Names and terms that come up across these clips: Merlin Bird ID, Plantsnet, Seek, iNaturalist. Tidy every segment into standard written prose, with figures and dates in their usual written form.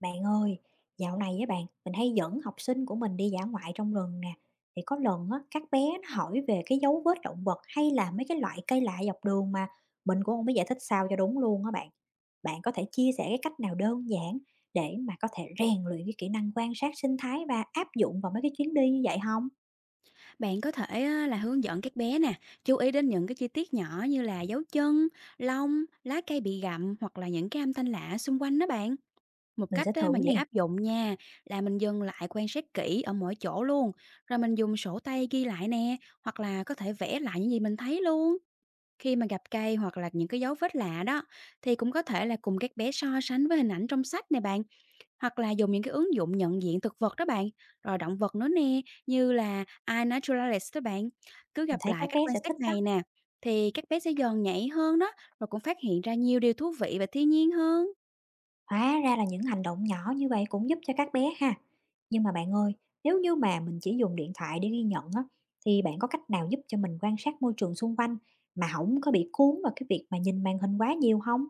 Bạn ơi, dạo này với bạn, mình hay dẫn học sinh của mình đi dã ngoại trong rừng nè. Thì có lần á, các bé nó hỏi về cái dấu vết động vật hay là mấy cái loại cây lạ dọc đường mà mình cũng không biết giải thích sao cho đúng luôn á bạn. Bạn có thể chia sẻ cái cách nào đơn giản để mà có thể rèn luyện cái kỹ năng quan sát sinh thái và áp dụng vào mấy cái chuyến đi như vậy không? Bạn có thể á, là hướng dẫn các bé nè, chú ý đến những cái chi tiết nhỏ như là dấu chân, lông, lá cây bị gặm hoặc là những cái âm thanh lạ xung quanh đó bạn. Một Mình cách sẽ á, thử mà dễ nè, áp dụng nha là mình dừng lại quan sát kỹ ở mỗi chỗ luôn, rồi mình dùng sổ tay ghi lại nè, hoặc là có thể vẽ lại những gì mình thấy luôn. Khi mà gặp cây hoặc là những cái dấu vết lạ đó thì cũng có thể là cùng các bé so sánh với hình ảnh trong sách nè bạn, hoặc là dùng những cái ứng dụng nhận diện thực vật đó bạn, rồi động vật nữa nè, như là iNaturalist đó bạn. Cứ mình gặp thấy lại các cách bé quan sẽ thích sát đó. này nè, thì các bé sẽ dần nhảy hơn đó, rồi cũng phát hiện ra nhiều điều thú vị và thiên nhiên hơn. Hóa ra là những hành động nhỏ như vậy cũng giúp cho các bé ha. Nhưng mà bạn ơi, nếu như mà mình chỉ dùng điện thoại để ghi nhận á, thì bạn có cách nào giúp cho mình quan sát môi trường xung quanh mà không có bị cuốn vào cái việc mà nhìn màn hình quá nhiều không?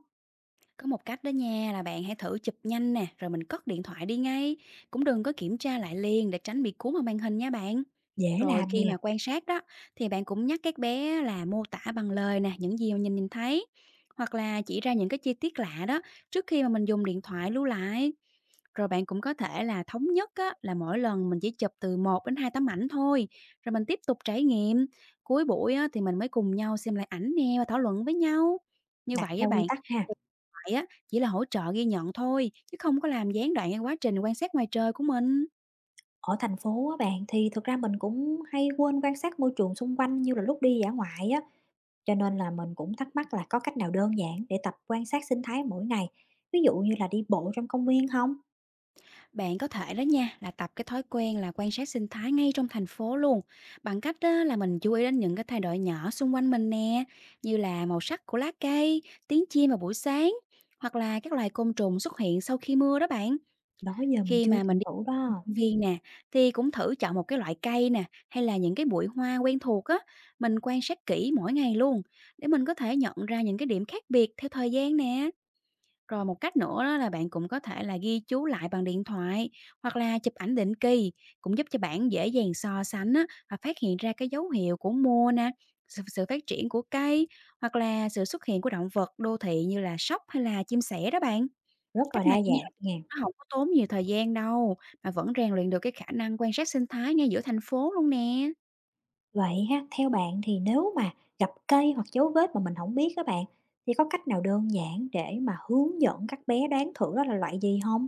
Có một cách đó nha, là bạn hãy thử chụp nhanh nè, rồi mình cất điện thoại đi ngay. Cũng đừng có kiểm tra lại liền, để tránh bị cuốn vào màn hình nha bạn. Dễ Rồi làm khi nè, mà quan sát đó thì bạn cũng nhắc các bé là mô tả bằng lời nè, những gì mà nhìn nhìn thấy, hoặc là chỉ ra những cái chi tiết lạ đó trước khi mà mình dùng điện thoại lưu lại. Rồi bạn cũng có thể là thống nhất á, là mỗi lần mình chỉ chụp từ một đến 2 tấm ảnh thôi, rồi mình tiếp tục trải nghiệm. Cuối buổi á, thì mình mới cùng nhau xem lại ảnh nè và thảo luận với nhau. Như đặt vậy á ra quy bạn, tắc ha. điện thoại á chỉ là hỗ trợ ghi nhận thôi, chứ không có làm gián đoạn cái quá trình quan sát ngoài trời của mình. Ở thành phố á bạn thì thực ra mình cũng hay quên quan sát môi trường xung quanh như là lúc đi dã ngoại á, cho nên là mình cũng thắc mắc là có cách nào đơn giản để tập quan sát sinh thái mỗi ngày, ví dụ như là đi bộ trong công viên không? Bạn có thể đó nha, là tập cái thói quen là quan sát sinh thái ngay trong thành phố luôn, bằng cách đó là mình chú ý đến những cái thay đổi nhỏ xung quanh mình nè, như là màu sắc của lá cây, tiếng chim vào buổi sáng, hoặc là các loài côn trùng xuất hiện sau khi mưa đó bạn. Đó giờ mình Khi chưa mà từng mình đi thử dạo trong đó. công viên nè thì cũng thử chọn một cái loại cây nè, hay là những cái bụi hoa quen thuộc á, mình quan sát kỹ mỗi ngày luôn, để mình có thể nhận ra những cái điểm khác biệt theo thời gian nè. Rồi một cách nữa đó là bạn cũng có thể là ghi chú lại bằng điện thoại, hoặc là chụp ảnh định kỳ cũng giúp cho bạn dễ dàng so sánh á, và phát hiện ra cái dấu hiệu của mùa nè, sự phát triển của cây, hoặc là sự xuất hiện của động vật đô thị như là sóc hay là chim sẻ đó bạn. Rất là Cách này đa nha, dạng nha. nó không có tốn nhiều thời gian đâu, mà vẫn rèn luyện được cái khả năng quan sát sinh thái ngay giữa thành phố luôn nè. Vậy ha, theo bạn thì nếu mà gặp cây hoặc dấu vết mà mình không biết các bạn, thì có cách nào đơn giản để mà hướng dẫn các bé đoán thử đó là loại gì không?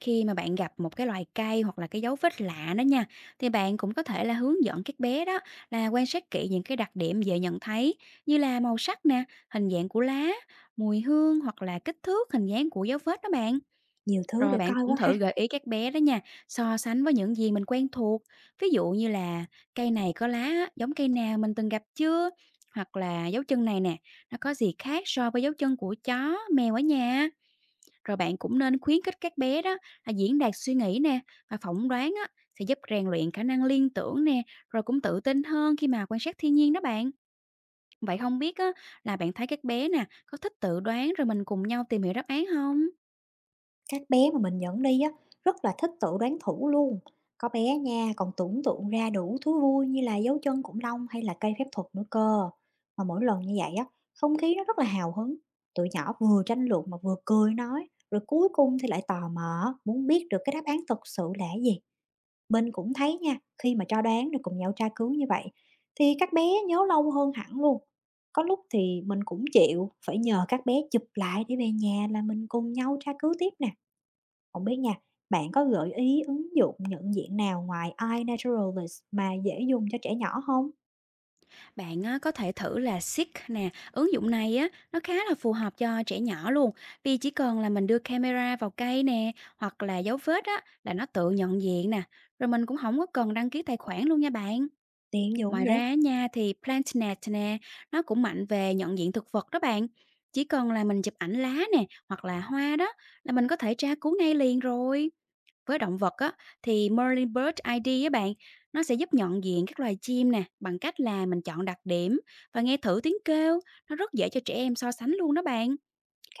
Khi mà bạn gặp một cái loài cây hoặc là cái dấu vết lạ đó nha, thì bạn cũng có thể là hướng dẫn các bé đó, là quan sát kỹ những cái đặc điểm dễ nhận thấy như là màu sắc nè, hình dạng của lá, mùi hương, hoặc là kích thước hình dáng của dấu vết đó bạn. Nhiều thứ Rồi để bạn coi cũng quá ha. thử gợi ý các bé đó nha, so sánh với những gì mình quen thuộc. Ví dụ như là cây này có lá giống cây nào mình từng gặp chưa? Hoặc là dấu chân này nè, nó có gì khác so với dấu chân của chó, mèo ở nhà? Rồi bạn cũng nên khuyến khích các bé đó, là diễn đạt suy nghĩ nè và phỏng đoán á, sẽ giúp rèn luyện khả năng liên tưởng nè, rồi cũng tự tin hơn khi mà quan sát thiên nhiên đó bạn. Vậy không biết á, là bạn thấy các bé nè có thích tự đoán rồi mình cùng nhau tìm hiểu đáp án không? Các bé mà mình dẫn đi á, rất là thích tự đoán thử luôn. Có bé nha, còn tưởng tượng ra đủ thú vui như là dấu chân khủng long hay là cây phép thuật nữa cơ. Mà mỗi lần như vậy á, không khí nó rất là hào hứng, tụi nhỏ vừa tranh luận mà vừa cười nói, rồi cuối cùng thì lại tò mò muốn biết được cái đáp án thật sự là cái gì. Mình cũng thấy nha, khi mà cho đoán rồi cùng nhau tra cứu như vậy, thì các bé nhớ lâu hơn hẳn luôn. Có lúc thì mình cũng chịu phải nhờ các bé chụp lại để về nhà là mình cùng nhau tra cứu tiếp nè. Không biết nha, bạn có gợi ý ứng dụng nhận diện nào ngoài iNaturalist mà dễ dùng cho trẻ nhỏ không? Bạn á, có thể thử là Seek nè, ứng dụng này á nó khá là phù hợp cho trẻ nhỏ luôn, vì chỉ cần là mình đưa camera vào cây nè, hoặc là dấu vết á là nó tự nhận diện nè, rồi mình cũng không có cần đăng ký tài khoản luôn nha bạn. Tiện dụng Ngoài ra vậy, á nha, thì Plantsnet nè, nó cũng mạnh về nhận diện thực vật đó bạn. Chỉ cần là mình chụp ảnh lá nè, hoặc là hoa đó, là mình có thể tra cứu ngay liền rồi. Với động vật á thì Merlin Bird ID á bạn, nó sẽ giúp nhận diện các loài chim nè, bằng cách là mình chọn đặc điểm và nghe thử tiếng kêu, nó rất dễ cho trẻ em so sánh luôn đó bạn.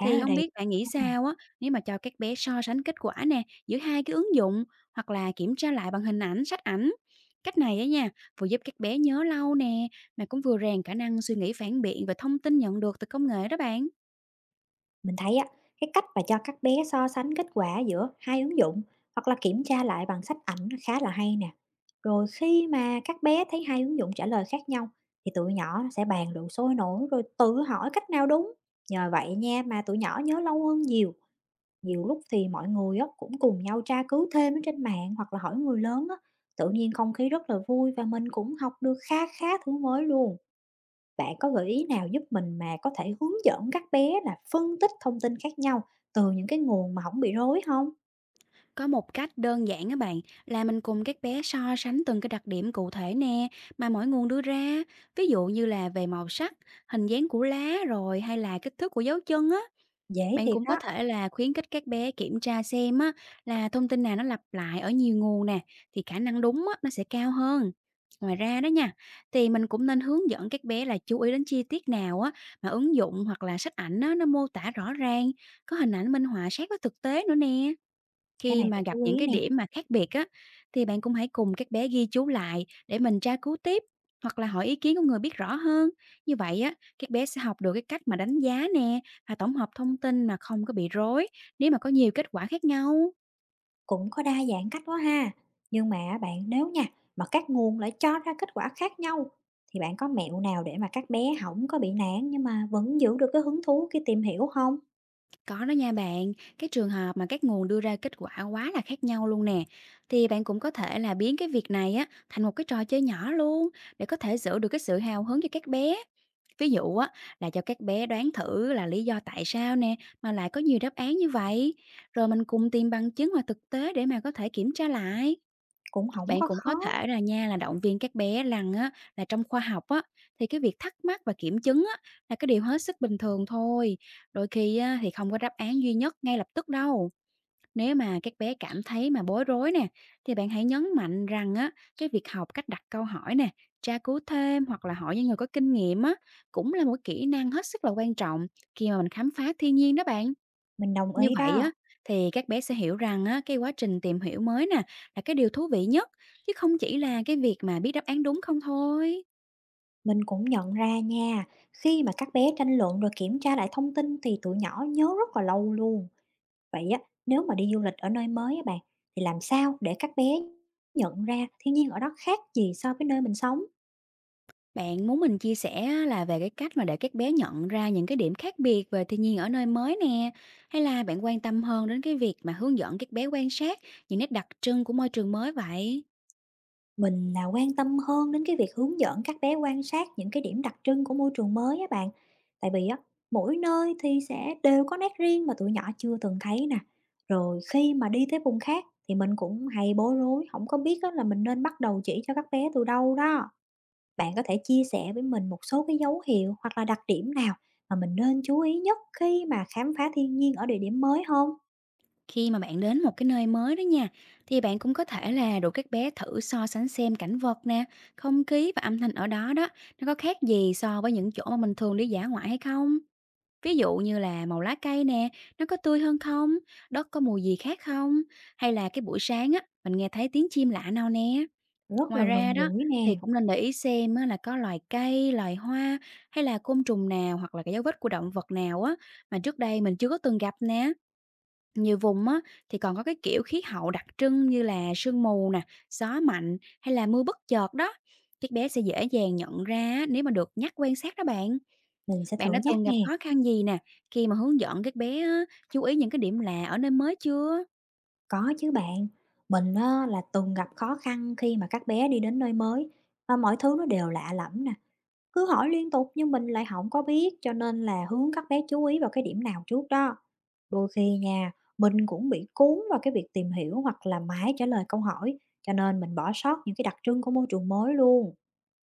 khá là không đầy. biết bạn nghĩ sao á, nếu mà cho các bé so sánh kết quả nè, giữa hai cái ứng dụng, hoặc là kiểm tra lại bằng hình ảnh, sách ảnh. Cách này á nha, vừa giúp các bé nhớ lâu nè, mà cũng vừa rèn khả năng suy nghĩ phản biện và thông tin nhận được từ công nghệ đó bạn. Mình thấy á, cái cách mà cho các bé so sánh kết quả giữa hai ứng dụng hoặc là kiểm tra lại bằng sách ảnh nó khá là hay nè. Rồi khi mà các bé thấy hai ứng dụng trả lời khác nhau thì tụi nhỏ nó sẽ bàn luận sôi nổi rồi tự hỏi cách nào đúng. Nhờ vậy nha mà tụi nhỏ nhớ lâu hơn nhiều. Nhiều lúc thì mọi người á, cũng cùng nhau tra cứu thêm ở trên mạng hoặc là hỏi người lớn á. Tự nhiên không khí rất là vui và mình cũng học được khá khá thứ mới luôn. Bạn có gợi ý nào giúp mình mà có thể hướng dẫn các bé là phân tích thông tin khác nhau từ những cái nguồn mà không bị rối không? Có một cách đơn giản á bạn, là mình cùng các bé so sánh từng cái đặc điểm cụ thể nè, mà mỗi nguồn đưa ra, ví dụ như là về màu sắc, hình dáng của lá, rồi hay là kích thước của dấu chân á. Dễ Bạn thiệt cũng có đó, thể là khuyến khích các bé kiểm tra xem á, là thông tin nào nó lặp lại ở nhiều nguồn nè, thì khả năng đúng á, nó sẽ cao hơn. Ngoài ra đó nha, thì mình cũng nên hướng dẫn các bé là chú ý đến chi tiết nào á, mà ứng dụng hoặc là sách ảnh á, nó mô tả rõ ràng, có hình ảnh minh họa sát với thực tế nữa nè. cái Khi này mà phải gặp chú những ý cái nè, điểm mà khác biệt á, thì bạn cũng hãy cùng các bé ghi chú lại để mình tra cứu tiếp, hoặc là hỏi ý kiến của người biết rõ hơn. Như vậy á, các bé sẽ học được cái cách mà đánh giá nè và tổng hợp thông tin mà không có bị rối, nếu mà có nhiều kết quả khác nhau. cũng có đa dạng cách quá ha. Nhưng mà bạn, nếu nha, mà các nguồn lại cho ra kết quả khác nhau, thì bạn có mẹo nào để mà các bé không có bị nản nhưng mà vẫn giữ được cái hứng thú khi tìm hiểu không? Có đó nha bạn, cái trường hợp mà các nguồn đưa ra kết quả quá là khác nhau luôn nè, thì bạn cũng có thể là biến cái việc này á thành một cái trò chơi nhỏ luôn, để có thể giữ được cái sự hào hứng cho các bé. Ví dụ á, là cho các bé đoán thử là lý do tại sao nè, mà lại có nhiều đáp án như vậy, rồi mình cùng tìm bằng chứng hoặc thực tế để mà có thể kiểm tra lại. Cũng không Bạn có cũng có khó, thể là nha, là động viên các bé rằng á, là trong khoa học á thì cái việc thắc mắc và kiểm chứng á là cái điều hết sức bình thường thôi. Đôi khi á thì không có đáp án duy nhất ngay lập tức đâu. Nếu mà các bé cảm thấy mà bối rối nè, thì bạn hãy nhấn mạnh rằng á, cái việc học cách đặt câu hỏi nè, tra cứu thêm hoặc là hỏi những người có kinh nghiệm á, cũng là một kỹ năng hết sức là quan trọng khi mà mình khám phá thiên nhiên đó bạn. mình đồng Như ý vậy á, đó. thì các bé sẽ hiểu rằng á, cái quá trình tìm hiểu mới nè là cái điều thú vị nhất, chứ không chỉ là cái việc mà biết đáp án đúng không thôi. Mình cũng nhận ra nha, khi mà các bé tranh luận rồi kiểm tra lại thông tin thì tụi nhỏ nhớ rất là lâu luôn. Vậy á, nếu mà đi du lịch ở nơi mới á bạn, thì làm sao để các bé nhận ra thiên nhiên ở đó khác gì so với nơi mình sống? Bạn muốn mình chia sẻ á, là về cái cách mà để các bé nhận ra những cái điểm khác biệt về thiên nhiên ở nơi mới nè, hay là bạn quan tâm hơn đến cái việc mà hướng dẫn các bé quan sát những nét đặc trưng của môi trường mới vậy? Mình là quan tâm hơn đến cái việc hướng dẫn các bé quan sát những cái điểm đặc trưng của môi trường mới á bạn. Tại vì á, mỗi nơi thì sẽ đều có nét riêng mà tụi nhỏ chưa từng thấy nè. Rồi khi mà đi tới vùng khác thì mình cũng hay bối rối, không có biết á, là mình nên bắt đầu chỉ cho các bé từ đâu đó. Bạn có thể chia sẻ với mình một số cái dấu hiệu hoặc là đặc điểm nào mà mình nên chú ý nhất khi mà khám phá thiên nhiên ở địa điểm mới không? Khi mà bạn đến một cái nơi mới đó nha, thì bạn cũng có thể là rủ các bé thử so sánh xem cảnh vật nè, không khí và âm thanh ở đó đó, nó có khác gì so với những chỗ mà mình thường đi dã ngoại hay không? Ví dụ như là màu lá cây nè, nó có tươi hơn không? Đất có mùi gì khác không? Hay là cái buổi sáng á, mình nghe thấy tiếng chim lạ nào nè. Rất là Ngoài ra gần đó, gũi thì nè, cũng nên để ý xem á, là có loài cây, loài hoa hay là côn trùng nào, hoặc là cái dấu vết của động vật nào á mà trước đây mình chưa có từng gặp nè. Nhiều vùng á, thì còn có cái kiểu khí hậu đặc trưng như là sương mù nè, gió mạnh hay là mưa bất chợt đó. Các bé sẽ dễ dàng nhận ra á, nếu mà được nhắc quan sát đó bạn. mình sẽ Bạn đã thử nhắc từng gặp nè. khó khăn gì nè khi mà hướng dẫn các bé á, chú ý những cái điểm lạ ở nơi mới chưa? Có chứ bạn, mình á là từng gặp khó khăn khi mà các bé đi đến nơi mới, và mọi thứ nó đều lạ lẫm nè. Cứ hỏi liên tục nhưng mình lại không có biết, cho nên là hướng các bé chú ý vào cái điểm nào trước đó. Đôi khi nha, mình cũng bị cuốn vào cái việc tìm hiểu hoặc là mãi trả lời câu hỏi, cho nên mình bỏ sót những cái đặc trưng của môi trường mới luôn.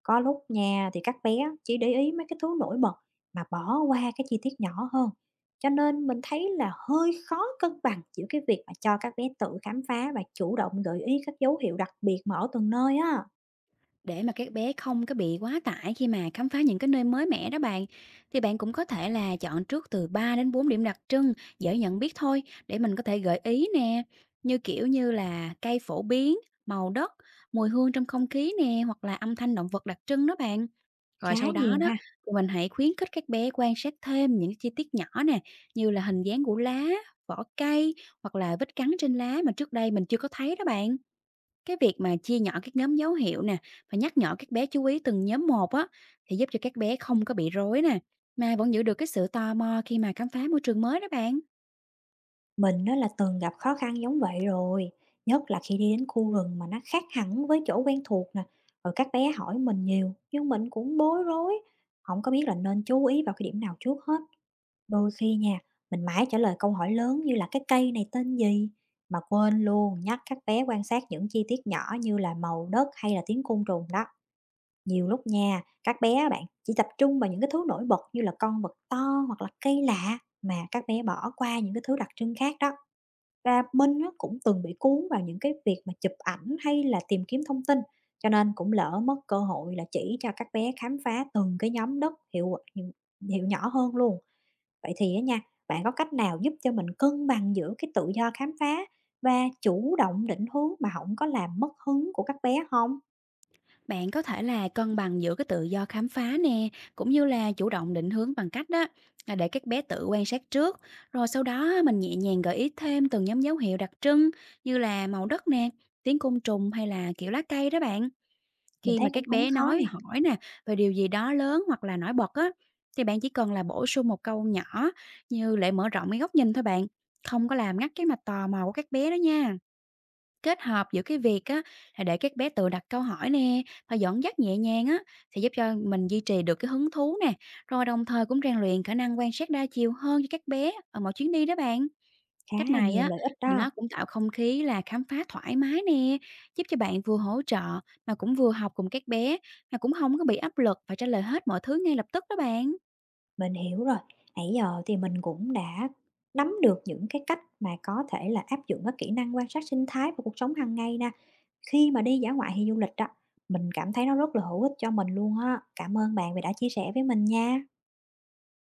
Có lúc nha thì các bé chỉ để ý mấy cái thứ nổi bật mà bỏ qua cái chi tiết nhỏ hơn. Cho nên mình thấy là hơi khó cân bằng giữa cái việc mà cho các bé tự khám phá và chủ động gợi ý các dấu hiệu đặc biệt mà ở từng nơi á, Để mà các bé không có bị quá tải khi mà khám phá những cái nơi mới mẻ đó bạn, thì bạn cũng có thể là chọn trước từ 3 đến 4 điểm đặc trưng dễ nhận biết thôi, để mình có thể gợi ý nè, như kiểu như là cây phổ biến, màu đất, mùi hương trong không khí nè, hoặc là âm thanh động vật đặc trưng đó bạn. Rồi khá sau đó nhiều đó ha. thì mình hãy khuyến khích các bé quan sát thêm những chi tiết nhỏ nè, như là hình dáng của lá, vỏ cây, hoặc là vết cắn trên lá mà trước đây mình chưa có thấy đó bạn. Cái việc mà chia nhỏ các nhóm dấu hiệu nè và nhắc nhở các bé chú ý từng nhóm một á, thì giúp cho các bé không có bị rối nè, mà vẫn giữ được cái sự tò mò khi mà khám phá môi trường mới đó bạn. Mình á là từng gặp khó khăn giống vậy rồi, nhất là khi đi đến khu rừng mà nó khác hẳn với chỗ quen thuộc nè. Rồi các bé hỏi mình nhiều, nhưng mình cũng bối rối, không có biết là nên chú ý vào cái điểm nào trước hết. Đôi khi nha, mình mãi trả lời câu hỏi lớn như là cái cây này tên gì, mà quên luôn nhắc các bé quan sát những chi tiết nhỏ như là màu đất hay là tiếng côn trùng đó. Nhiều lúc nha, các bé á bạn chỉ tập trung vào những cái thứ nổi bật như là con vật to hoặc là cây lạ mà các bé bỏ qua những cái thứ đặc trưng khác đó và mình á, cũng từng bị cuốn vào những cái việc mà chụp ảnh hay là tìm kiếm thông tin, cho nên cũng lỡ mất cơ hội là chỉ cho các bé khám phá từng cái nhóm đất hiệu hiệu nhỏ hơn luôn. Vậy thì á nha, bạn có cách nào giúp cho mình cân bằng giữa cái tự do khám phá và chủ động định hướng mà không có làm mất hứng của các bé không? Bạn có thể là cân bằng giữa cái tự do khám phá nè, cũng như là chủ động định hướng bằng cách đó là để các bé tự quan sát trước, rồi sau đó á, mình nhẹ nhàng gợi ý thêm từng nhóm dấu hiệu đặc trưng như là màu đất nè, tiếng côn trùng hay là kiểu lá cây đó bạn. Mình Khi thấy mà cũng các không bé khó nè, nói, hỏi nè về điều gì đó lớn hoặc là nổi bật á, thì bạn chỉ cần là bổ sung một câu nhỏ như để mở rộng cái góc nhìn thôi bạn, không có làm ngắt cái mạch tò mò của các bé đó nha. Kết hợp giữa cái việc á là để các bé tự đặt câu hỏi nè và dẫn dắt nhẹ nhàng á, sẽ giúp cho mình duy trì được cái hứng thú nè, rồi đồng thời cũng rèn luyện khả năng quan sát đa chiều hơn cho các bé ở mọi chuyến đi đó bạn. khá Cách là này nhiều á lợi ích thì đó. nó cũng tạo không khí là khám phá thoải mái nè, giúp cho bạn vừa hỗ trợ mà cũng vừa học cùng các bé, mà cũng không có bị áp lực phải trả lời hết mọi thứ ngay lập tức đó bạn. Mình hiểu rồi. Nãy giờ thì mình cũng đã nắm được những cái cách mà có thể là áp dụng các kỹ năng quan sát sinh thái vào cuộc sống hàng ngày nè. Khi mà đi dã ngoại hay du lịch đó, mình cảm thấy nó rất là hữu ích cho mình luôn á. Cảm ơn bạn vì đã chia sẻ với mình nha.